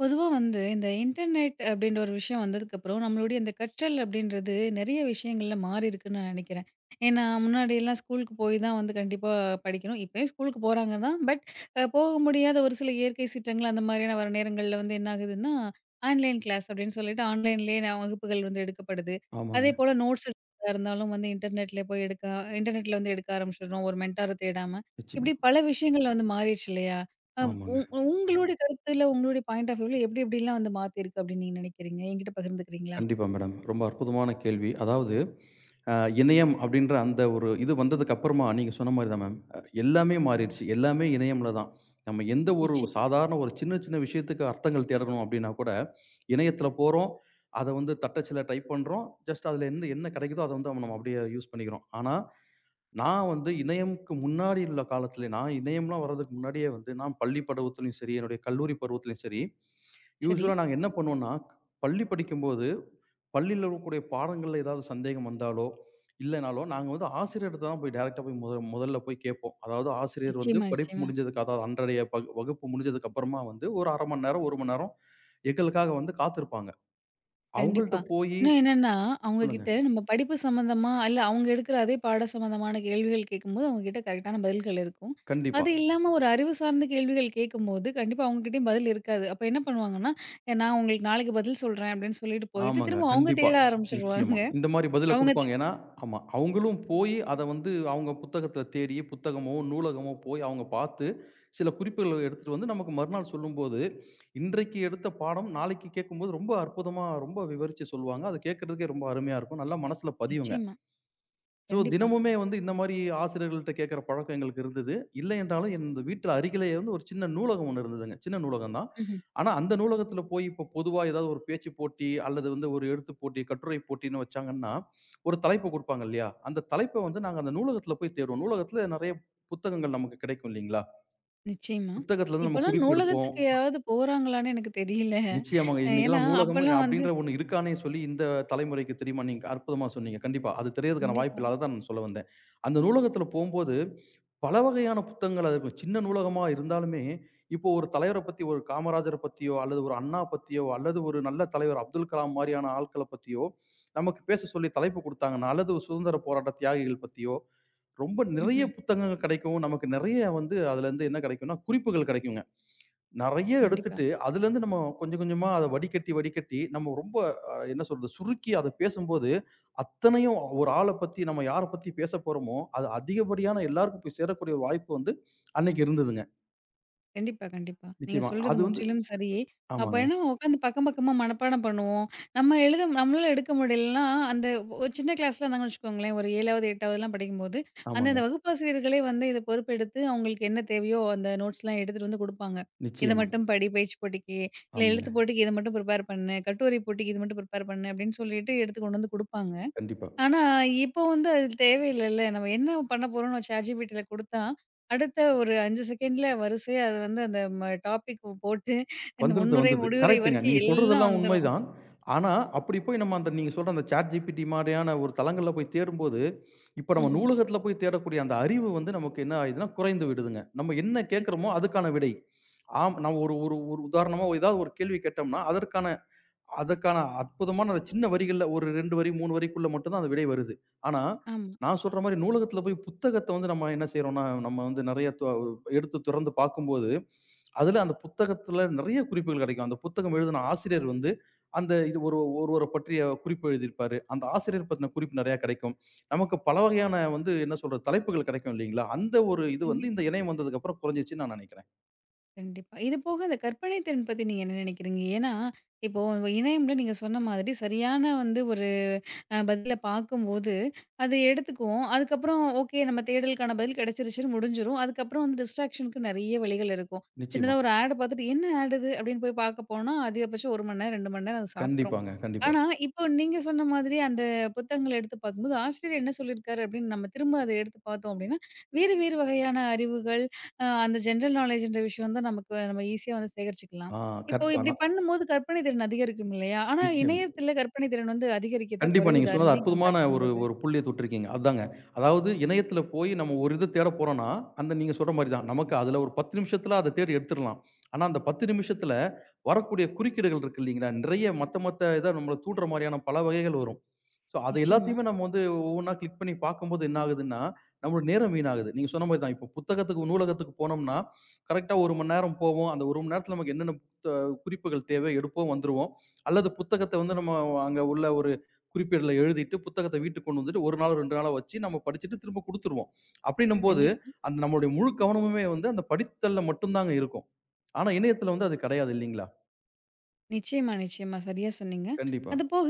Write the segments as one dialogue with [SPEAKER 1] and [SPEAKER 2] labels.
[SPEAKER 1] பொதுவா வந்து இந்த இன்டர்நெட் அப்படின்ற ஒரு விஷயம் வந்ததுக்கப்புறம், நம்மளுடைய இந்த கற்றல் அப்படின்றது நெறைய விஷயங்கள்ல மாறியிருக்குன்னு நான் நெனைக்கிறேன். ஏன்னா, முன்னாடியெல்லாம் ஸ்கூலுக்கு போய் தான் வந்து கண்டிப்பா படிக்கணும். இப்பயும் ஸ்கூலுக்கு போறாங்க தான். பட் அ போக முடியாத ஒரு சில இயற்கை சீற்றங்கள் அந்த மாதிரியான வர நேரங்கள்ல வந்து என்ன ஆகுதுன்னா, ஆன்லைன் கிளாஸ் அப்படின்னு சொல்லிட்டு ஆன்லைன்லேயே வகுப்புகள் வந்து எடுக்கப்படுது.
[SPEAKER 2] ஆமாங்க.
[SPEAKER 1] அதேபோல நோட்ஸ் எடுக்கிறதா இருந்தாலும் வந்து இன்டர்நெட்ல வந்து எடுக்க ஆரம்பிச்சுடுறோம். ஒரு மென்டார தேடாம. இப்படி
[SPEAKER 2] நிச்சயமா.
[SPEAKER 1] பல விஷயங்கள் வந்து மாறிடுச்சு இல்லையா? அம்
[SPEAKER 2] ஆமாங்க.
[SPEAKER 1] உங் உங்களுடைய கருத்துல, உங்களுடைய பாயிண்ட் ஆஃப் வியூல எப்படி எப்படிலாம் வந்து மாத்திருக்கு அப்படின்னு நீங்க நினைக்கிறீங்க? என்கிட்ட பகிர்ந்துக்கிறீங்களா?
[SPEAKER 2] கண்டிப்பா மேடம். ரொம்ப அற்புதமான கேள்வி. அதாவது அ இணையம் அப்படின்ற அந்த ஒரு இது வந்ததுக்கு அப்புறமா நீங்க சொன்ன மாரி தான் மேம். எல்லாமே மாறிடுச்சு. எல்லாமே இணையம்ல தான். நம்ம எந்த ஒரு
[SPEAKER 1] நிச்சயம்.
[SPEAKER 2] சாதாரண ஒரு சின்ன சின்ன விஷயத்துக்கு அர்த்தங்கள் தேடணும் அப்படின்னா கூட, இணையத்தில போறோம். அத வந்து தட்டச்சுல டைப் பண்றோம். ஜஸ்ட் அதில இருந்து என்ன கிடைக்குதோ அத வந்து நம்ம அப்படியே யூஸ் பண்ணிக்கிறோம். ஆனா, நான் வந்து இணையம்க்கு முன்னாடி உள்ள காலத்தில நான் இணையம்லாம் வர்றதுக்கு முன்னாடியே வந்து நான் பள்ளி பருவத்திலயும் சரி, என்னுடைய கல்லூரி பருவத்திலயும் சரி,
[SPEAKER 1] சரி.
[SPEAKER 2] யூசுவலா நாங்க என்ன பண்ணுவோம்னா, பள்ளி படிக்கும்போது, பள்ளியில இருக்கக்கூடிய பாடங்கள்ல ஏதாவது சந்தேகம் வந்தாலோ, இல்லனாலோ, நாங்க வந்து ஆசிரியர்ட்ட தான் போய் டைரக்ட்டா போய் முதல்ல போய் கேட்போம். அதாவது ஆசிரியர் வந்து
[SPEAKER 1] நிச்சயமா,
[SPEAKER 2] படிப்பு
[SPEAKER 1] நிச்சயமா.
[SPEAKER 2] முடிஞ்சதுக்கு அதாவது அன்றைய வகுப்பு முடிஞ்சதுக்கு அப்புறமா வந்து ஒரு 1/2 மணி நேரம், 1 மணி நேரம் எங்களுக்காக வந்து காத்திருப்பாங்க.
[SPEAKER 1] கண்டிப்பா.
[SPEAKER 2] அவங்கள்ட்ட போயி
[SPEAKER 1] இன்னும் என்னன்னா, அவங்க
[SPEAKER 2] சொல்லுங்க.
[SPEAKER 1] கிட்ட நம்ம படிப்பு சம்மந்தமா, இல்ல அவங்க எடுக்கிற அதே பாடம் சம்மந்தமான கேள்விகள் கேட்கும்போது, அவங்க கிட்ட கரெக்ட்டான பதில்கள் இருக்கும்.
[SPEAKER 2] கண்டிப்பா.
[SPEAKER 1] அது இல்லாம ஒரு அறிவு சார்ந்த கேள்விகள் கேட்கும்போது, கண்டிப்பா அவங்ககிட்டயும் பதில் இருக்காது. அப்ப என்ன பண்ணுவாங்கன்னா, "ஏ, "நான் உங்களுக்கு நாளைக்கு பதில் சொல்றேன்" அப்படின்னு சொல்லிட்டு போயிட்டு,
[SPEAKER 2] ஆமாங்க.
[SPEAKER 1] திரும்ப அவங்க
[SPEAKER 2] கண்டிப்பா.
[SPEAKER 1] தேட
[SPEAKER 2] நிச்சயமா.
[SPEAKER 1] ஆரம்பிச்சுருவாங்க.
[SPEAKER 2] இந்த மாரி பதில
[SPEAKER 1] அவங்க தே
[SPEAKER 2] குடுப்பாங்க. ஏன்னா, ஆமா. அவங்களும் போயி அத வந்து அவங்க புத்தகத்துல தேடி, புத்தகமோ, நூலகமோ போய் அவங்க பார்த்து, சில குறிப்புகள எடுத்துட்டு வந்து நமக்கு மறுநாள் சொல்லும்போது, இன்றைக்கு எடுத்த பாடம் நாளைக்கு கேட்கும்போது ரொம்ப அற்புதமா, ரொம்ப விவரிச்சு சொல்லுவாங்க. அத கேட்கறதுக்கே ரொம்ப அருமையா இருக்கும். நல்லா மனசுல பதியுங்க.
[SPEAKER 1] நிச்சயமா.
[SPEAKER 2] ஸோ
[SPEAKER 1] கண்டிப்பா.
[SPEAKER 2] தினமுமே வந்து இந்த மாரி ஆசிரியர்கள்ட்ட கேட்கிற பழக்கம் எங்களுக்கு இருந்தது. இல்லை என்றாலும் இந்த வீட்டு அருகிலேயே வந்து ஒரு சின்ன நூலகம் ஒண்ணு இருந்ததுங்க. சின்ன நூலகம் தான்.
[SPEAKER 1] ம்ஹ்ம்.
[SPEAKER 2] ஆனா அந்த நூலகத்தில போய் இப்போ பொதுவா ஏதாவது ஒரு பேச்சு போட்டி அல்லது வந்து ஒரு எழுத்து போட்டி, கட்டுரை போட்டின்னு வச்சாங்கன்னா, ஒரு தலைப்பு குடுப்பாங்க இல்லையா? அந்த தலைப்ப வந்து நாங்க அந்த நூலகத்தில போய் தேடுவோம். நூலகத்தில நெறைய புத்தகங்கள் நமக்கு கிடைக்கும் இல்லைங்களா?
[SPEAKER 1] நிச்சயமா.
[SPEAKER 2] புத்தகத்திலருந்து நம்ம
[SPEAKER 1] இப்பலாம்
[SPEAKER 2] குறிப்பு எடுப்போம்.
[SPEAKER 1] நூலகத்துக்கு யாராவது போறாங்களான்னு எனக்கு தெரியல.
[SPEAKER 2] நிச்சயமாங்க.
[SPEAKER 1] ஏன்னா,
[SPEAKER 2] இன்னைக்கெல்லாம் நூலகம்
[SPEAKER 1] அப்பலாம் வந்து
[SPEAKER 2] அப்படின்ற ஒண்ணு இருக்கான்னே சொல்லி இந்த தலைமுறைக்கு தெரியுமா? நீங்க அற்புதமா சொன்னீங்க. கண்டிப்பா. அது தெரியறதுக்கான வாய்ப்பு
[SPEAKER 1] கண்டிப்பா.
[SPEAKER 2] இல்ல. அததான் நான் சொல்ல வந்தேன். அந்த நூலகத்துல போம்போது, பல வகையான புத்தகங்கள் அது இருக்கும். சின்ன நூலகமா இருந்தாலுமே, இப்போ ஒரு தலைவர பத்தி ஒரு காமராஜர பத்தியோ, அல்லது ஒரு அண்ணா பத்தியோ, அல்லது ஒரு நல்ல தலைவர் அப்துல் கலாம் மாரியான ஆட்கள பத்தியோ, நமக்கு பேச சொல்லி தலைப்பு குடுத்தாங்கன்னா, அல்லது ஒரு சுதந்திர போராட்ட தியாகிகள் பத்தியோ, ரொம்ப நிறைய
[SPEAKER 1] ம்ஹ்ம்.
[SPEAKER 2] புத்தகங்கள் கெடைக்கும். நமக்கு நிறைய வந்து அதுலருந்து என்ன கெடைக்கும்னா, குறிப்புகள் கெடைக்குங்க. நெறைய
[SPEAKER 1] கண்டிப்பா,
[SPEAKER 2] எடுத்துட்டு, அதுலேருந்து நம்ம கொஞ்சம் கொஞ்சமா அத வடிகட்டி, வடிகட்டி நம்ம ரொம்ப என்ன சொல்றது? சுருக்கி அத பேசும்போது, அத்தனையும் ஒரு ஆள பத்தி நம்ம யார பத்தி பேசப் போறோமோ, அது அதிகப்படியான எல்லாருக்கும் போய் சேரக்கூடிய ஒரு வாய்ப்பு வந்து அன்னைக்கு இருந்ததுங்க.
[SPEAKER 1] கண்டிப்பா, கண்டிப்பா. நீங்க
[SPEAKER 2] நிச்சயமா.
[SPEAKER 1] சொல்றது
[SPEAKER 2] அது வந்து
[SPEAKER 1] முற்றிலும் சரி. அப்ப
[SPEAKER 2] ஆமாங்க,
[SPEAKER 1] ஏன்னா உட்காந்து பக்கம் பக்கமா மனப்பாடம் பண்ணுவோம். நம்ம எழுத நம்மளால எடுக்க முடியலன்னா, அந்த ஒ சின்ன கிளாஸ்ல இருந்தாங்கன்னு வச்சுக்கோங்களேன், ஒரு 7வது, 8வதுலாம் படிக்கும்போது,
[SPEAKER 2] ஆமாங்க.
[SPEAKER 1] அந்தந்த வகுப்பாசிரியர்களே வந்து இத பொறுப்பெடுத்து அவங்களுக்கு என்ன தேவையோ அந்த நோட்ஸ்லாம் எடுத்துட்டு வந்து குடுப்பாங்க. "இத
[SPEAKER 2] நிச்சயமா.
[SPEAKER 1] மட்டும் படி பேச்சு போட்டிக்கு, இல்ல
[SPEAKER 2] ஆமாங்க.
[SPEAKER 1] எழுத்து போட்டிக்கு இத மட்டும் ப்ரிப்பேர் பண்ணு, கட்டுரை போட்டிக்கு இது மட்டும் ப்ரிப்பேர் பண்ணு" அப்படின்னு சொல்லிட்டு எடுத்து கொண்டு வந்து குடுப்பாங்க.
[SPEAKER 2] கண்டிப்பா.
[SPEAKER 1] ஆனா, இப்போ வந்து அது தேவையில்லல்ல. நம்ம என்ன பண்ண போறோம்னு ChatGPTல குடுத்தா, அடுத்த ஒரு 5 செகண்ட்ல வரிசையா அது வந்து அந்த டாபிக் போட்டு, இந்த
[SPEAKER 2] வந்துருது,
[SPEAKER 1] முன்னுரை,
[SPEAKER 2] வந்துருது.
[SPEAKER 1] முடிவுரை
[SPEAKER 2] கரெக்ட்டுங்க.
[SPEAKER 1] வரைக்கும்
[SPEAKER 2] நீங்க
[SPEAKER 1] எல்லாம்
[SPEAKER 2] சொல்றதெல்லாம்
[SPEAKER 1] வந்துரும்.
[SPEAKER 2] உண்மைதான். ஆனா, அப்படி போய் நம்ம அந்த நீங்க சொல்ற அந்த ChatGPT மாரியான ஒரு தளங்கள்ல போய் தேடும்போது, இப்ப நம்ம
[SPEAKER 1] ம்ஹ்ம்.
[SPEAKER 2] நூலகத்துல போய் தேடக்கூடிய அந்த அறிவு வந்து நமக்கு என்ன ஆயிடுதுன்னா, குறைந்து விடுதுங்க. நம்ம என்ன
[SPEAKER 1] நிச்சயமா.
[SPEAKER 2] கேட்கிறோமோ அதுக்கான விடை. ஆம் நம்ம ஒரு ஒரு ஒரு உதாரணமா ஒரு ஏதாவது ஒரு கேள்வி கேட்டோம்னா, அதற்கான அதற்கான அற்புதமான அந்த சின்ன வரிகள்ல ஒரு 2 வரி, 3 வரிக்குள்ள மட்டும் தான் அந்த விடை வருது. ஆனா,
[SPEAKER 1] ஆமா.
[SPEAKER 2] நான் சொல்ற மாரி நூலகத்துல போய் புத்தகத்த வந்து நம்ம என்ன செய்றோம்னா, நம்ம வந்து நெறைய எடுத்து தொறந்து பார்க்கும்போது அதுல அந்த புத்தகத்துல நிறைய குறிப்புகள் கிடைக்கும். அந்த புத்தகம் எழுதின ஆசிரியர் வந்து, அந்த இது ஒரு ஒருவர பற்றிய குறிப்பு எழுதியிருப்பாரு. அந்த ஆசிரியர் பத்தின குறிப்பு நிறையா கிடைக்கும். நமக்கு பல வகையான வந்து என்ன சொல்றது, தலைப்புகள் கிடைக்கும் இல்லைங்களா? அந்த ஒரு இது வந்து இந்த
[SPEAKER 1] கண்டிப்பா,
[SPEAKER 2] இணையம் வந்ததுக்கு அப்புறம் குறைஞ்சிருச்சுன்னு நான் நினைக்கிறேன்.
[SPEAKER 1] கண்டிப்பா. இது போக அந்த கற்பனை திறன் பத்தி நீங்க என்ன நெனைக்கிறீங்க? ஏன்னா, இப்போ இணையம்ல நீங்க சொன்ன மாதிரி சரியான வந்து ஒரு பதில பார்க்கும்போது, அது எடுத்துக்குவோம். அதுக்கப்புறம் ஓகே நம்ம தேடலுக்கான பதில் கிடைச்சிருச்சுன்னு முடிஞ்சிரும். அதுக்கப்புறம் வந்து டிஸ்ட்ராக்ஷனுக்கு நெறைய வழிகள் இருக்கும்.
[SPEAKER 2] நிச்சயமா.
[SPEAKER 1] சின்னதா ஒரு ஆட் பார்த்துட்டு, என்ன ஆட் இது? அப்படின்னு போய் பார்க்க போனா, அதிகபட்சம் 1 மணி நேரம், 2 மணி நேரம் அது சாப்ட்ரும்.
[SPEAKER 2] கண்டிப்பாங்க, கண்டிப்பா.
[SPEAKER 1] ஆனா, இப்போ நீங்க சொன்ன மாதிரி அந்த புத்தகங்கள எடுத்து பார்க்கும்போது, ஆசிரியர் என்ன சொல்லியிருக்காரு அப்படின்னு நம்ம திரும்ப அத எடுத்து பார்த்தோம் அப்படின்னா, வேறு வேறு வகையான அறிவுகள், அந்த ஜெனரல் நாலேஜ்ன்ற விஷயம் தான் நமக்கு நம்ம ஈஸியா வந்து சேகரிச்சுக்கலாம்.
[SPEAKER 2] ஆ
[SPEAKER 1] இப்போ இப்டி
[SPEAKER 2] கற்பனா
[SPEAKER 1] பண்ணும்போது கற்பனை திறன் அதிகரிக்கும் இல்லையா? ஆனா
[SPEAKER 2] நிச்சயமா.
[SPEAKER 1] இணையத்தில கற்பனை திறன் வந்து அதிகரிக்குதா?
[SPEAKER 2] கண்டிப்பா. நீங்க
[SPEAKER 1] குறையுதா?
[SPEAKER 2] சொன்னது
[SPEAKER 1] 2யும்
[SPEAKER 2] அற்புதமான
[SPEAKER 1] கம்பேர்
[SPEAKER 2] ஒரு
[SPEAKER 1] பண்ணும்போது?
[SPEAKER 2] ஒரு புள்ளிய தொட்டிருக்கீங்க. அதாங்க. அதாவது இணையத்தில போய் நம்ம ஒரு இது தேட போறோம்னா, அந்த நீங்க சொல்ற மாரி தான். நமக்கு அதுல ஒரு 10 நிமிஷத்தில அத தேடி எடுத்துரலாம். ஆனா, அந்த 10 நிமிஷத்தில வரக்கூடிய குறுக்கீடுகள் இருக்கு இல்லீங்களா? நிறைய மத்த மத்த இத நம்மள தூண்டுற மாரியான பல வகைகள் வரும். ஸோ, அது
[SPEAKER 1] நிச்சயமா.
[SPEAKER 2] எல்லாத்தையுமே நம்ம வந்து ஒவ்வொன்னா கிளிக் பண்ணி பார்க்கும்போது என்ன ஆகுதுன்னா, நம்மளோட நேரம் வீணாகுது. நீங்க சொன்ன மாரி தான். இப்போ புத்தகத்துக்கு, நூலகத்துக்கு போனோம்னா, கரெக்ட்டா 1 மணி நேரம் போவோம். அந்த 1 மணி நேரத்தில நமக்கு என்னென்ன குறிப்புகள் தேவை எடுப்போம், வந்துருவோம். அல்லது புத்தகத்த வந்து நம்ம அங்க உள்ள ஒரு குறிப்பேடுல எழுதிட்டு, புத்தகத்த வீட்டுக்கு கொண்டு வந்துட்டு 1 நாளோ, 2 நாளோ வச்சு நம்ம படிச்சுட்டு திரும்ப குடுத்துருவோம். அப்படின்னும்போது,
[SPEAKER 1] கண்டிப்பா.
[SPEAKER 2] அந்த நம்மளுடைய முழு கவனமுமே வந்து அந்த படித்தல்ல மட்டும் தாங்க இருக்கும். ஆனா இணையத்துல வந்து அது கிடையாது இல்லீங்களா?
[SPEAKER 1] நிச்சயமா, நிச்சயமா. சரியா சொன்னீங்க.
[SPEAKER 2] கண்டிப்பா.
[SPEAKER 1] அதுபோக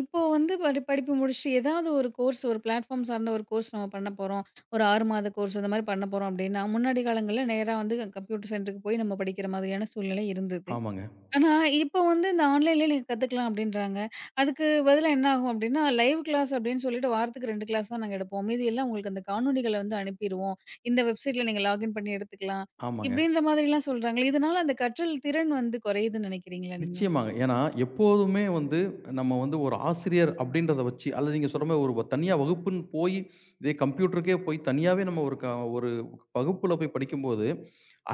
[SPEAKER 1] இப்போ வந்து படிப்பு முடிச்சுட்டு ஏதாவது ஒரு கோர்ஸ் ஒரு பிளாட்ஃபார்ம் சார்ந்த ஒரு கோர்ஸ் நம்ம பண்ண போறோம். ஒரு 6 மாத கோர்ஸ் அந்த மாரி பண்ண போறோம் அப்டின்னா, முன்னாடி காலங்கள்ல நேரா வந்து கம்ப்யூட்டர் சென்டருக்கு போய் நம்ம படிக்கிற மாதிரியான சூழ்நிலை இருந்தது.
[SPEAKER 2] ஆமாங்க,
[SPEAKER 1] ஆனா, இப்போ வந்து இந்த ஆன்லைன்லயே நீங்க கத்துக்கலாம் அப்டின்றாங்க. அதுக்கு பதிலா என்ன ஆகும் அப்டின்னா, லைவ் கிளாஸ் அப்டின்னு சொல்லிட்டு வாரத்துக்கு 2 கிளாஸ் தான் நாங்க எடுப்போம். மீதி எல்லாம் உங்களுக்கு அந்த காணொளிகள வந்து அனுப்பிருவோம். இந்த வெப்சைட்ல நீங்க லாகின் பண்ணி எடுத்துக்கலாம்.
[SPEAKER 2] ஆமாங்க.
[SPEAKER 1] இப்டின்ற மாதிரிலாம் சொல்றாங்களே, இதனால அந்த கற்றல் திறன் வந்து குறையுதுன்னு நெனைக்கிறீங்களா நீங்க?
[SPEAKER 2] நிச்சயமாங்க. ஏன்னா எப்போதுமே வந்து நம்ம வந்து ஒரு ஆசிரியர் அப்படின்றத வச்சு அல்லது நீங்க சொல்ற மாரி தனியா வகுப்புன்னு போய் இதே கம்ப்யூட்டருக்கே போய் தனியாவே நம்ம ஒரு வகுப்புல போய் படிக்கும்போது,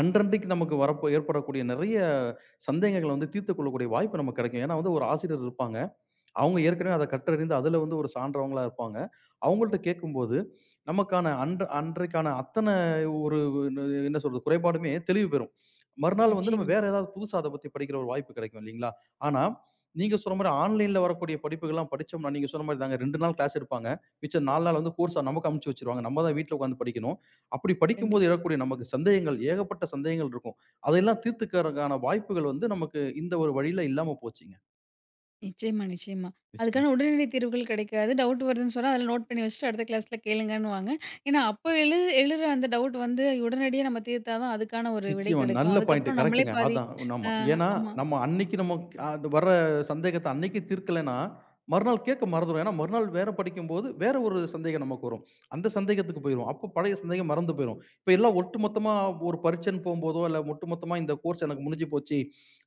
[SPEAKER 2] அன்றன்றைக்கு நமக்கு வரப்போ ஏற்படக்கூடிய நெறைய சந்தேகங்கள வந்து தீர்த்துக் கொள்ளக்கூடிய வாய்ப்பு நமக்கு கிடைக்கும். ஏன்னா வந்து ஒரு ஆசிரியர் இருப்பாங்க. அவங்க ஏற்கனவே அத கற்றறிந்து அதுல வந்து ஒரு சான்றவங்களா இருப்பாங்க. அவங்கள்ட்ட கேட்கும்போது, நமக்கான அன்றைக்கான ஒரு என்ன சொல்றது? குறைபாடுமே தெளிவு பெறும். மறுநாள் வந்து நம்ம
[SPEAKER 1] நிச்சயமா.
[SPEAKER 2] வேற ஏதாவது புதுசா அத பத்தி படிக்கிற ஒரு வாய்ப்பு கிடைக்கும் இல்லீங்களா? ஆனா, நீங்க சொன்ன மாரி ஆன்லைன்ல வரக்கூடிய படிப்புகள்லாம் படிச்சோம்னா, நீங்க சொன்ன மாரி தாங்க 2 நாள் கிளாஸ் எடுப்பாங்க. மிச்சம் 4 நாள் வந்து கோர்ஸா நமக்கு அமுச்சு வச்சுருவாங்க. நம்ம தான் வீட்ல உட்காந்து படிக்கணும். அப்படி படிக்கும்போது
[SPEAKER 1] கண்டிப்பா.
[SPEAKER 2] எழக்கூடிய நமக்கு சந்தேகங்கள், ஏகப்பட்ட சந்தேகங்கள் இருக்கும். அதையெல்லாம் தீர்த்துக்கறக்கான வாய்ப்புகள் வந்து நமக்கு இந்த ஒரு வழியில இல்லாம போச்சுங்க.
[SPEAKER 1] நிச்சயமா, நிச்சயமா.
[SPEAKER 2] நிச்சயமா.
[SPEAKER 1] அதுக்கான உடனடி தீர்வுகள் கிடைக்காது. டவுட் வருதுன்னு சொன்னா, அதில நோட் பண்ணி வச்சுட்டு அடுத்த கிளாஸ்ல கேளுங்கன்னுவாங்க. ஏன்னா, அப்போ எழுற அந்த டவுட் வந்து உடனடியா நம்ம தீர்த்தா தான் அதுக்கான ஒரு விடை
[SPEAKER 2] நிச்சயமா.
[SPEAKER 1] கிடைக்கும்.
[SPEAKER 2] நல்ல பாயிண்ட்
[SPEAKER 1] அதுக்கப்புறம் நம்மளே
[SPEAKER 2] கரெக்ட்டுங்க.
[SPEAKER 1] பாதி
[SPEAKER 2] அதான் ஆமா.
[SPEAKER 1] ஆ
[SPEAKER 2] ஏன்னா,
[SPEAKER 1] ஆமா.
[SPEAKER 2] நம்ம அன்னைக்கு நம்ம அது வர்ற சந்தேகத்த அன்னைக்கு தீர்க்கலன்னா, மறுநாள் கேட்க மறந்துரும். ஏன்னா, மறுநாள் வேற படிக்கும்போது, வேற ஒரு சந்தேகம் நமக்கு வரும். அந்த சந்தேகத்துக்கு போயிருவோம். அப்போ பழைய சந்தேகம் மறந்து போயிரும். இப்ப எல்லாம் ஒட்டுமொத்தமா ஒரு பரீட்சைன்னு போம்போதோ, இல்ல ஒட்டுமொத்தமா இந்த கோர்ஸ் எனக்கு முடிஞ்சு போச்சு.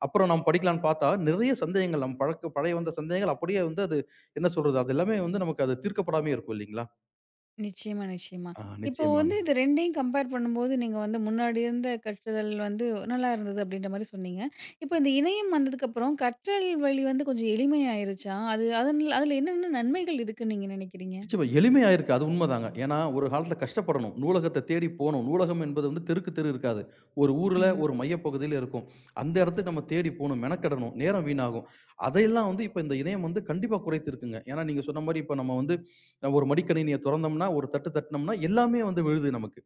[SPEAKER 2] அப்புறம் நம்ம படிக்கலான்னு பார்த்தா, நிறைய சந்தேகங்கள் நம்ம பழைய வந்த சந்தேகங்கள் அப்படியே வந்து அது என்ன சொல்றது? அது எல்லாமே வந்து நமக்கு அது தீர்க்கப்படாமயே இருக்கும் இல்லீங்களா?
[SPEAKER 1] நிச்சயமா, நிச்சயமா. இப்போ வந்து
[SPEAKER 2] நிச்சயமாங்க.
[SPEAKER 1] இது 2யும் கம்பேர் பண்ணும்போது, நீங்க வந்து முன்னாடி இருந்த கற்றுதல் வந்து நல்லா இருந்தது அப்படின்ற மாரி சொன்னீங்க. இப்போ இந்த இணையம் வந்ததுக்கப்புறம் கற்றல் வழி வந்து கொஞ்சம் எளிமையாயிருச்சா? அது அதன் அதுல என்னென்ன நன்மைகள் இருக்குன்னு நீங்க நினைக்கிறீங்க?
[SPEAKER 2] நிச்சயமா எளிமையா இருக்கு. அது உண்மதாங்க. ஏன்னா, ஒரு காலத்துல கஷ்டப்படணும். நூலகத்த தேடி போணும். நூலகம் என்பது வந்து தெருக்கு தெரு இருக்காது. ஒரு ஊர்ல
[SPEAKER 1] ம்ஹ்ம்.
[SPEAKER 2] ஒரு மையப்பகுதியில இருக்கும். அந்த இடத்துக்கு நம்ம தேடி போணும், மெனக்கெடணும், நேரம் வீணாகும். அதையெல்லாம் வந்து இப்ப இந்த இணையம் வந்து கண்டிப்பா குறைத்திருக்குங்க. ஏன்னா, நீங்க சொன்ன மாரி இப்ப நம்ம வந்து ஒரு மடிக்கணினிய தொறந்தோம்னா, ஒரு தட்டு தட்டுனோம்னா எல்லாமே வந்து விழுது நமக்கு.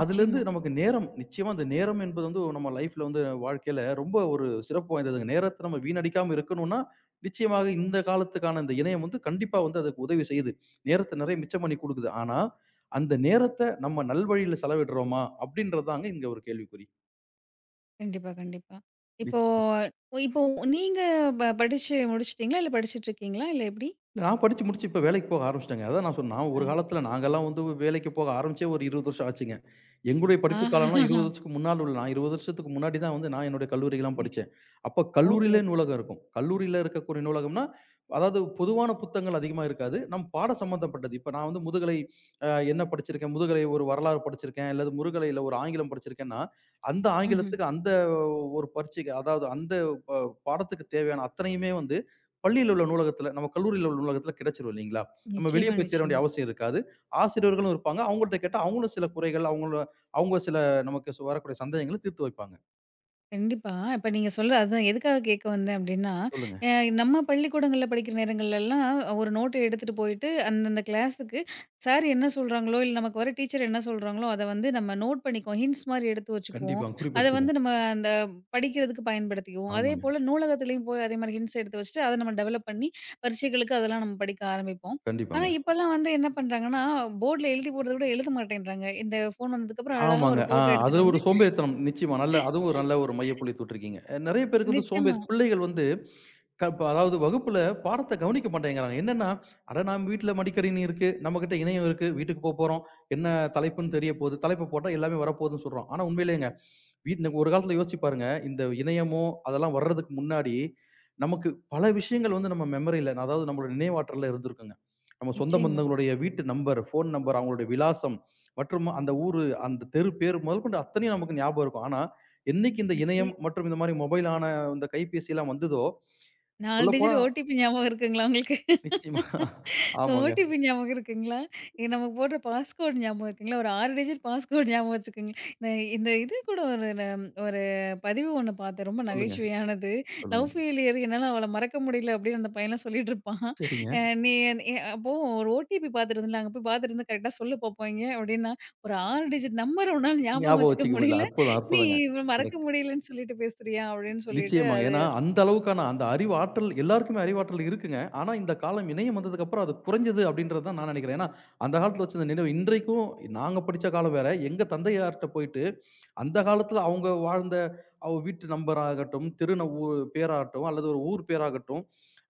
[SPEAKER 2] அதுலேருந்து நமக்கு நேரம் நிச்சயமா அந்த நேரம் என்பது வந்து நம்ம லைஃப்ல வந்து வாழ்க்கையில ரொம்ப ஒரு சிறப்பு வாய்ந்ததுங்க. நேரத்தை நம்ம வீணடிக்காம இருக்கணும்னா, நிச்சயமாக இந்த காலத்துக்கான இந்த இணையம் வந்து கண்டிப்பா வந்து அதுக்கு உதவி செய்யுது. நேரத்த நெறைய மிச்சம் பண்ணி குடுக்குது. ஆனா, அந்த நேரத்த நம்ம நல்வழியில செலவிடுறோமா? அப்படின்றது தாங்க இங்க ஒரு கேள்விக்குறி.
[SPEAKER 1] கண்டிப்பா, கண்டிப்பா. இப்போ
[SPEAKER 2] நிச்சயம்.
[SPEAKER 1] இப்போ நீங்க படிச்சு முடிச்சுட்டீங்களா? இல்ல படிச்சுட்டு இருக்கீங்களா? இல்ல எப்படி?
[SPEAKER 2] நான் படிச்சு முடிச்சு இப்ப வேலைக்கு போக ஆரம்பிச்சுட்டேங்க. அதான் நான் சொன்னேன். நான் ஒரு
[SPEAKER 1] ஆ.
[SPEAKER 2] காலத்துல நாங்கலாம் வந்து வேலைக்கு போக ஆரம்பிச்சே ஒரு 20 வருஷம் ஆச்சுங்க. எங்களுடைய படிப்பு காலம்லாம்
[SPEAKER 1] ஆஹா.
[SPEAKER 2] 20 வருஷத்துக்கு முன்னால உள்ள நான் 20 வருஷத்துக்கு முன்னாடி தான் வந்து நான் என்னுடைய கல்லூரிலாம்
[SPEAKER 1] சரி, சரி.
[SPEAKER 2] படிச்சேன். அப்ப
[SPEAKER 1] ஓகே,
[SPEAKER 2] கல்லூரியிலே
[SPEAKER 1] ஓகே.
[SPEAKER 2] நூலகம் இருக்கும். கல்லூரியில இருக்கக்கூடிய நூலகம்னா, அதாவது பொதுவான புத்தகங்கள் அதிகமா இருக்காது. நம் பாட சம்மந்தப்பட்டது. இப்ப நான் வந்து முதுகலை என்ன படிச்சிருக்கேன், முதுகலை ஒரு வரலாறு படிச்சிருக்கேன், அல்லது முதுகலையில ஒரு ஆங்கிலம் படிச்சிருக்கேன்னா, அந்த
[SPEAKER 1] ம்ஹ்ம்.
[SPEAKER 2] ஆங்கிலத்துக்கு அந்த ஒரு பரீட்சைக்கு அதாவது அந்த ப பாடத்துக்கு தேவையான அத்தனையுமே வந்து பள்ளியில உள்ள நூலகத்துல, நம்ம கல்லூரியில உள்ள நூலகத்துல கிடைச்சிரும் இல்லைங்களா? நம்ம வெளிய
[SPEAKER 1] நிச்சயமா,
[SPEAKER 2] போய் தேட வேண்டிய
[SPEAKER 1] நிச்சயமா.
[SPEAKER 2] அவசியம் இருக்காது. ஆசிரியர்களும் இருப்பாங்க. அவங்கள்ட்ட கேட்டா அவங்களும் சில குறைகள், அவங்களோட அவங்க சில நமக்கு வரக்கூடிய சந்தேகங்கள தீர்த்து வைப்பாங்க.
[SPEAKER 1] கண்டிப்பா. இப்ப நீங்க சொல்ற அதான் எதுக்காக கேட்க வந்தேன் அப்டின்னா,
[SPEAKER 2] சொல்லுங்க.
[SPEAKER 1] அ நம்ம பள்ளிக்கூடங்கள்ல படிக்கிற நேரங்கள்லலாம் ஒரு நோட்ட எடுத்துட்டு போயிட்டு, அந்தந்த கிளாஸுக்கு சார் என்ன சொல்றாங்களோ, இல்ல நமக்கு வர டீச்சர் என்ன சொல்றாங்களோ, அத வந்து நம்ம நோட் பண்ணிக்குவோம். ஹிண்ட்ஸ் மாரி எடுத்து வச்சுக்குவோம்.
[SPEAKER 2] கண்டிப்பாங்க.
[SPEAKER 1] அத வந்து
[SPEAKER 2] குறிப்பெடுத்துக்குவோம்.
[SPEAKER 1] நம்ம அந்த படிக்கிறதுக்கு பயன்படுத்திக்குவோம்.
[SPEAKER 2] ஆமாங்க.
[SPEAKER 1] அதேபோல நூலகத்திலயும் போய் அதே மாரி ஹிண்ட்ஸ் எடுத்து வச்சுட்டு, அத நம்ம டெவலப் பண்ணி பரீட்சைகளுக்கு அதெல்லாம் நம்ம படிக்க ஆரம்பிப்போம். ஆனா
[SPEAKER 2] கண்டிப்பாங்க.
[SPEAKER 1] இப்பலாம் வந்து என்ன பண்றாங்கன்னா, போர்ட்ல எழுதி போடுறத விட எழுத மாட்டேன்றாங்க. இந்த ஃபோன் வந்ததுக்கப்புறம் அழகா
[SPEAKER 2] ஆமாங்க.
[SPEAKER 1] ஒரு ஃபோட்டோ எடுத்துட்டு
[SPEAKER 2] அதுல
[SPEAKER 1] வந்து
[SPEAKER 2] ஒரு சோம்பேறித்தனம் நிச்சயமா. நல்ல அதுவும் ஒரு நல்ல ஒரு மையப்புள்ளி தொட்டிருக்கீங்க. நெறைய பேருக்கு வந்து
[SPEAKER 1] நிச்சயமா,
[SPEAKER 2] சோம்பேறி பிள்ளைகள் வந்து க ப அதாவது வகுப்புல பாடத்த கவனிக்க மாட்டேங்கிறாங்க. என்னன்னா, அட நம்ம வீட்ல மடிக்கணினி இருக்கு, நம்மகிட்ட இணையம் இருக்கு, வீட்டுக்கு போறோம். என்ன தலைப்புன்னு தெரிய போகுது. தலைப்ப போட்டா எல்லாமே வரப்போகுதுன்னு சொல்றோம். ஆனா உண்மையிலேங்க, வீட்ல ஒரு காலத்துல யோசிச்சு பாருங்க. இந்த இணையமோ, அதெல்லாம் வர்றதுக்கு முன்னாடி, நமக்கு பல விஷயங்கள் வந்து நம்ம மெமரியில, அதாவது நம்மளோட நினைவாற்றல்ல இருந்திருக்குங்க. நம்ம சொந்த
[SPEAKER 1] நிச்சயமா.
[SPEAKER 2] பந்தங்களுடைய வீட்டு நம்பர், ஃபோன் நம்பர், அவங்களுடைய விலாசம் மற்றும் அந்த ஊரு, அந்த தெரு பேர் முதற்கொண்டு அத்தனையும் நமக்கு ஞாபகம் இருக்கும். ஆனா, என்னைக்கு இந்த
[SPEAKER 1] இன்னைக்கு
[SPEAKER 2] இணையம் மற்றும் இந்த மாரி மொபைலான இந்த கைபேசி எல்லாம் வந்ததோ,
[SPEAKER 1] 4
[SPEAKER 2] சொல்லப்போனா
[SPEAKER 1] டிஜிட் ஓடிபி ஞாபகம் இருக்குங்களா உங்களுக்கு?
[SPEAKER 2] நிச்சயமா. ஆமாங்க.
[SPEAKER 1] ஓடிபி ஞாபகம் இருக்குங்களா? நமக்கு போடுற பாஸ்கோட் ஞாபகம் இருக்குங்களா? ஒரு 6 டிஜிட் பாஸ்கோட் ஞாபகம் வச்சுக்கோங்க. இந்த இந்த இது கூட ஒரு பதிவு ஒண்ணு பார்த்தேன். ரொம்ப
[SPEAKER 2] சொல்லுங்க,
[SPEAKER 1] நகைச்சுவையானது. "லவ்
[SPEAKER 2] சொல்லுங்க.
[SPEAKER 1] ஃபெயிலியர் என்னால அவள மறக்க முடியல" அப்படின்னு அந்த பையன்லாம் சொல்லிட்டு இருப்பான்.
[SPEAKER 2] சரிங்க.
[SPEAKER 1] அ நீ எ அப்போ ஒரு ஓடிபி பார்த்துட்டு இருந்தல, "அங்க போய் பார்த்துட்டு வந்து கரெக்ட்டா சொல்லு பார்ப்போங்க" அப்படின்னா, "ஒரு 6 டிஜிட் நம்பர் உன்னால ஞாபகம்
[SPEAKER 2] ஞாபகம்
[SPEAKER 1] வச்சுக்க
[SPEAKER 2] வச்சுக்க முடியல.
[SPEAKER 1] முடியல.
[SPEAKER 2] அற்புதம்,
[SPEAKER 1] நீ
[SPEAKER 2] அற்புதங்க.
[SPEAKER 1] இவளை மறக்க முடியலன்னு சொல்லிட்டு பேசுறியா?" அப்படின்னு சொல்லிட்டு
[SPEAKER 2] நிச்சயமாங்க.
[SPEAKER 1] அது
[SPEAKER 2] ஏன்னா, அந்த அளவுக்கான அந்த அறிவாற்றல் எல்லாருக்குமே அறிவாற்றல் இருக்குங்க. ஆனா, இந்த காலம் இணையம் வந்ததுக்கு அப்புறம் அது குறைஞ்சது அப்படின்றது தான் நான் நினைக்கிறேன். ஏன்னா, அந்த காலத்துல வச்சிருந்த நினைவு இன்றைக்கும் நாங்க படிச்ச காலம் வேற. எங்க தந்தையார்ட்ட போயிட்டு, அந்த காலத்துல அவங்க வாழ்ந்த அவங்க வீட்டு நம்பர் ஆகட்டும், தெரு ஊ பேராகட்டும், அல்லது ஒரு ஊர் பேராகட்டும்,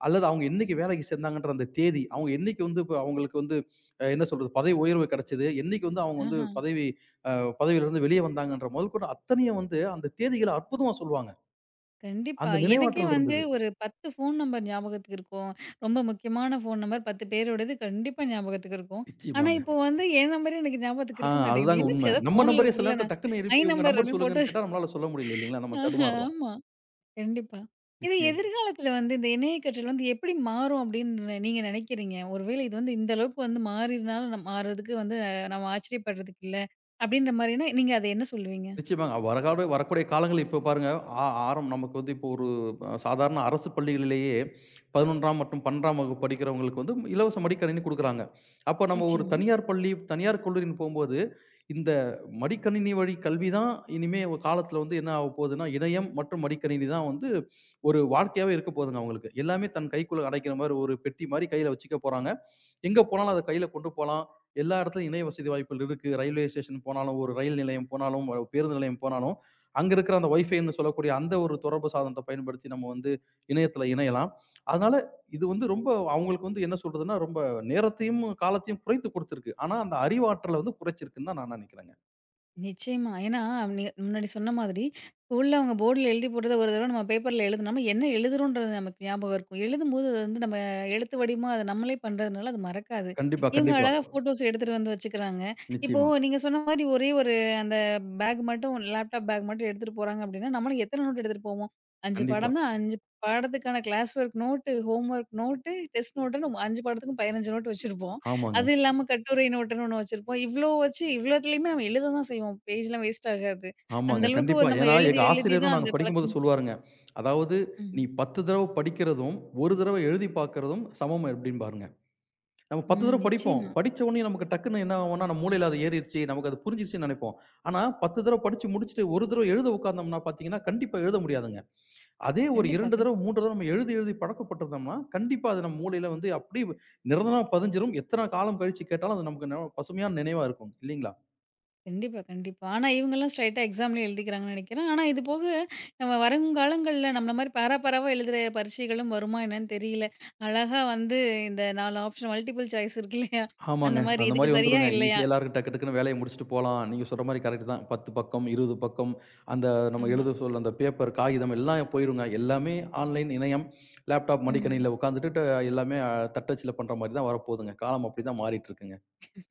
[SPEAKER 2] அல்லது அவங்க என்னைக்கு வேலைக்கு சேர்ந்தாங்கன்ற அந்த தேதி, அவங்க என்னைக்கு வந்து இப்ப அவங்களுக்கு வந்து என்ன சொல்றது? பதவி உயர்வு கிடைச்சது, என்னைக்கு வந்து அவங்க வந்து
[SPEAKER 1] ஆஹா.
[SPEAKER 2] அ பதவியிலிருந்து வெளிய வந்தாங்கன்ற முதற்கொண்டு அத்தனையும் வந்து அந்த தேதிகள அற்புதமா சொல்லுவாங்க.
[SPEAKER 1] கண்டிப்பா.
[SPEAKER 2] அந்த
[SPEAKER 1] எனக்கே
[SPEAKER 2] நினைவாற்றல்
[SPEAKER 1] வந்து
[SPEAKER 2] இருந்தது.
[SPEAKER 1] ஒரு 10 ஃபோன் நம்பர் ஞாபகத்துக்கு இருக்கும். ரொம்ப முக்கியமான ஃபோன் நம்பர் 10 பேரோடது கண்டிப்பா ஞாபகத்துக்கு இருக்கும். ஆனா,
[SPEAKER 2] நிச்சயமாங்க.
[SPEAKER 1] இப்போ வந்து என் நம்பரே எனக்கு ஞாபகத்துக்கு
[SPEAKER 2] ஆ
[SPEAKER 1] இருக்க மாட்டேங்குது.
[SPEAKER 2] அதுதாங்க உண்ம.
[SPEAKER 1] என்னத்துக்கு ஏதோ
[SPEAKER 2] நம்ம
[SPEAKER 1] ஃபோன்ல
[SPEAKER 2] நம்பரே சில
[SPEAKER 1] இருக்குல்ல
[SPEAKER 2] நேரத்துல
[SPEAKER 1] நான்
[SPEAKER 2] டக்குன்னு
[SPEAKER 1] மை
[SPEAKER 2] எழுப்பி உங்க
[SPEAKER 1] நம்பர்
[SPEAKER 2] நம்பர்
[SPEAKER 1] அப்படின்னு போட்டு
[SPEAKER 2] சொல்லுங்கன்னு
[SPEAKER 1] வச்சு
[SPEAKER 2] கேட்டா நம்மளால சொல்ல முடியல இல்லீங்களா? நம்ம
[SPEAKER 1] ஆஹா
[SPEAKER 2] தடுமாறுறோம்.
[SPEAKER 1] ஆமா. கண்டிப்பா. இது
[SPEAKER 2] நிச்சயம்.
[SPEAKER 1] எதிர்காலத்துல வந்து இந்த இணைய கற்றல் வந்து எப்படி மாறும் அப்படின்னு நீங்க நினைக்கிறீங்க? ஒருவேளை இது வந்து இந்த அளவுக்கு வந்து மாறினாலும் நம் மாறுறதுக்கு வந்து நம்ம ஆச்சரியப்படுறதுக்கு இல்ல. அப்படின்ற மாரினா, நீங்க அத என்ன சொல்லுவீங்க?
[SPEAKER 2] நிச்சயமாங்க. வரகாடு வரக்கூடிய காலங்கள் இப்ப பாருங்க, ஆ ஆரம் நமக்கு வந்து இப்போ ஒரு சாதாரண அரசு பள்ளிகளிலேயே 11ஆம் மற்றும் 12ஆம் வகுப்பு படிக்கிறவங்களுக்கு வந்து இலவச மடிக்கணினி குடுக்குறாங்க. அப்ப நம்ம ஒரு
[SPEAKER 1] நிச்சயமா.
[SPEAKER 2] தனியார் பள்ளி, தனியார் கல்லூரின்னு போம்போது, இந்த மடிக்கணினி வழி கல்வி தான் இனிமே காலத்துல வந்து என்ன ஆகப் போகுதுன்னா, இணையம் மற்றும் மடிக்கணினி தான் வந்து ஒரு வாழ்க்கையாவே இருக்கப் போகுதுங்க அவங்களுக்கு. எல்லாமே தன் கைக்குள்ள அடைக்கிற மாரி ஒரு பெட்டி மாரி கையில வச்சுக்க போறாங்க. எங்க போனாலும் அத கையில கொண்டு போலாம். எல்லா இடத்துலயும் இணைய வசதி வாய்ப்புகள் இருக்கு. ரயில்வே ஸ்டேஷன் போனாலும், ஒரு ரயில் நிலையம் போனாலும், ஒரு பேருந்து நிலையம் போனாலும், அங்க இருக்கிற அந்த வைஃபைன்னு சொல்லக்கூடிய அந்த ஒரு தொடர்பு சாதனத்த பயன்படுத்தி நம்ம வந்து இணையத்துல இணையலாம். அதனால இது வந்து ரொம்ப அவங்களுக்கு வந்து என்ன சொல்றதுன்னா, ரொம்ப நேரத்தையும், காலத்தையும் குறைத்து குடுத்திருக்கு. ஆனா, அந்த அறிவாற்றல வந்து குறைச்சிருக்குன்னு தான் நான் நினைக்கிறேங்க.
[SPEAKER 1] நிச்சயமா. ஏன்னா, நீ முன்னாடி சொன்ன மாதிரி, ஸ்கூல்ல அவங்க போர்டுல எழுதி போட்டத ஒரு தடவ நம்ம பேப்பர்ல எழுதுனோம்னா, என்ன எழுதுறோன்றது நமக்கு ஞாபகம் இருக்கும். எழுதும்போது அது வந்து நம்ம எழுத்து வடிவமா அத நம்மளே பண்றதுனால அது மறக்காது.
[SPEAKER 2] கண்டிப்பா,
[SPEAKER 1] இவங்க
[SPEAKER 2] கண்டிப்பா.
[SPEAKER 1] அழகா ஃபோட்டோஸ் எடுத்துட்டு வந்து வச்சுக்கிறாங்க. இப்போ
[SPEAKER 2] நிச்சயமா.
[SPEAKER 1] நீங்க சொன்ன மாரி ஒரே ஒரு அந்த பேக் மட்டும் லேப்டாப் பேக் மட்டும் எடுத்துட்டு போறாங்க அப்படின்னா, நம்மளும் எத்தன நோட் எடுத்துட்டு போவோம்? 5
[SPEAKER 2] கண்டிப்பா.
[SPEAKER 1] பாடம்னா 5 பாடத்துக்கான class work note, home work note, test நோட்டுன்னு 5 பாடத்துக்கும் 15 நோட் வச்சிருப்போம்.
[SPEAKER 2] ஆமாங்க.
[SPEAKER 1] அது இல்லாம கட்டுரை நோட்டுன்னு ஒண்ணு வச்சிருப்போம். இவ்ளோ வச்சு இவ்ளோத்துலயுமே நம்ம எழுத தான் செய்வோம். பேஜ்லாம் வேஸ்ட் ஆகாது. அந்த
[SPEAKER 2] ஆமாங்க.
[SPEAKER 1] அளவுக்கு ஒரு
[SPEAKER 2] கண்டிப்பா.
[SPEAKER 1] நம்ம
[SPEAKER 2] ஏன்னா,
[SPEAKER 1] எழுதி
[SPEAKER 2] எங்க
[SPEAKER 1] எழுதி
[SPEAKER 2] ஆசிரியரும்
[SPEAKER 1] தான்
[SPEAKER 2] நாங்க
[SPEAKER 1] அந்த
[SPEAKER 2] படிக்கும்போது
[SPEAKER 1] பழக்கம்
[SPEAKER 2] சொல்லுவாருங்க. அதாவது,
[SPEAKER 1] ம்ஹ்ம்.
[SPEAKER 2] "நீ 10 தடவ படிக்கிறதும், 1 தடவ எழுதி பார்க்கிறதும் சமம்" அப்படிம்பாருங்க. நம்ம 10
[SPEAKER 1] ம்.
[SPEAKER 2] தடவ படிப்போம்.
[SPEAKER 1] நிச்சயமா.
[SPEAKER 2] படிச்ச உடனே நமக்கு டக்குன்னு என்ன ஆகும்னா, நம்ம மூளையில அது ஏறிருச்சு, நமக்கு அது புரிஞ்சிருச்சுன்னு நெனைப்போம். ஆனா, 10 தடவ படிச்சு முடிச்சுட்டு 1 தடவ எழுத உட்கார்ந்தோம்னா பார்த்தீங்கன்னா, கண்டிப்பா எழுத முடியாதுங்க. அதே ஒரு
[SPEAKER 1] கண்டிப்பா,
[SPEAKER 2] 2 தடவ,
[SPEAKER 1] கண்டிப்பா.
[SPEAKER 2] 3 தடவ நம்ம எழுதி எழுதி பழக்கப்பட்டுருந்தோம்னா, கண்டிப்பா அது நம்ம மூளையில வந்து அப்படியே நிரந்தரமா பதிஞ்சிரும். எத்தன காலம் கழிச்சு கேட்டாலும், அது நமக்கு பசுமையான நினைவா இருக்கும். இல்லீங்களா?
[SPEAKER 1] கண்டிப்பா, கண்டிப்பா. ஆனா இவங்கலாம் ஸ்ட்ரெயிட்டா எக்ஸாம்லயே எழுதிக்கிறாங்கன்னு நெனைக்கிறேன். ஆனா இது போக நம்ம வருங்காலங்கள்ல நம்மள மாரி பேரா, பேராவா எழுதுற பரீட்சைகளும் வருமா என்னன்னு தெரியல. அழகா வந்து இந்த 4 ஆப்ஷன் மல்டிபிள் சாய்ஸ் இருக்கு இல்லையா? அந்த
[SPEAKER 2] ஆமாங்க.
[SPEAKER 1] மாரி
[SPEAKER 2] அந்த
[SPEAKER 1] இதுக்கு
[SPEAKER 2] மாரி
[SPEAKER 1] சரியா?
[SPEAKER 2] வந்துருங்க.
[SPEAKER 1] இல்லையா?
[SPEAKER 2] ஈஸியா எல்லாருக்கும் டக்கு டக்குன்னு வேலைய முடிச்சுட்டு போலாம். நீங்க சொல்ற மாரி கரெக்ட் தான். 10 பக்கம், 20 பக்கம் அந்த நம்ம
[SPEAKER 1] ஆமா.
[SPEAKER 2] எழுத சொல்ல அந்த பேப்பர், காகிதம் எல்லாம் போயிருங்க. எல்லாமே ஆன்லைன் இணையம், லேப்டாப்
[SPEAKER 1] ம்ஹ்ம்.
[SPEAKER 2] மடிக்கணினியில உட்காந்துட்டு எல்லாமே தட்டச்சுல பண்ற மாரி தான் வரப்போதுங்க. காலம் அப்படிதான் மாறிட்டு இருக்குங்க.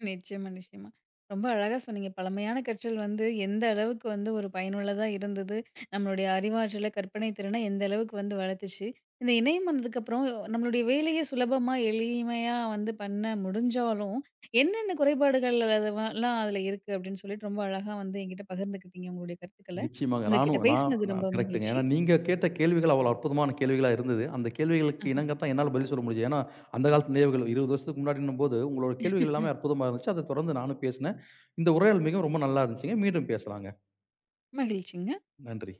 [SPEAKER 1] நிச்சயமா, நிச்சயமா. ரொம்ப அழகா சொன்னீங்க. பழமையான கற்றல் வந்து எந்த அளவுக்கு வந்து ஒரு பயனுள்ளதா இருந்தது. நம்மளுடைய அறிவாற்றல, கற்பனை திறன எந்த அளவுக்கு வந்து வளர்த்துச்சு. இந்த இணையம் வந்ததுக்கப்புறம் நம்மளுடைய வேலைய சுலபமா, எளிமையா வந்து பண்ண முடிஞ்சாலும், என்னென்ன குறைபாடுகள் அதுவெல்லாம் அதில இருக்கு அப்படின்னு சொல்லிட்டு ரொம்ப அழகா வந்து என்கிட்ட பகிர்ந்துக்கிட்டீங்க உங்களுடைய கருத்துக்கள.
[SPEAKER 2] நிச்சயமாங்க.
[SPEAKER 1] உங்ககிட்ட
[SPEAKER 2] நானும் நான்
[SPEAKER 1] பேசினது ரொம்ப
[SPEAKER 2] நான் கரெக்ட்டுங்க.
[SPEAKER 1] மகிழ்ச்சி.
[SPEAKER 2] ஏன்னா நீங்க கேட்ட கேள்விகள் அவ்வளோ அற்புதமான கேள்விகளா இருந்தது. அந்த கேள்விகளுக்கு
[SPEAKER 1] ஆஹ
[SPEAKER 2] இணங்க தான் என்னால பதில் சொல்ல முடிஞ்சது. ஏன்னா அந்த காலத்து நினைவுகள் 20 வருஷத்துக்கு முன்னாடின்னும்போது, உங்களோட கேள்விகள் எல்லாமே அற்புதமா இருந்துச்சு. அத தொடர்ந்து நானும் பேசினேன். இந்த உரையாடல் மிகவும் ரொம்ப நல்லா இருந்துச்சுங்க. மீண்டும் பேசலாங்க.
[SPEAKER 1] மகிழ்ச்சிங்க.
[SPEAKER 2] நன்றி.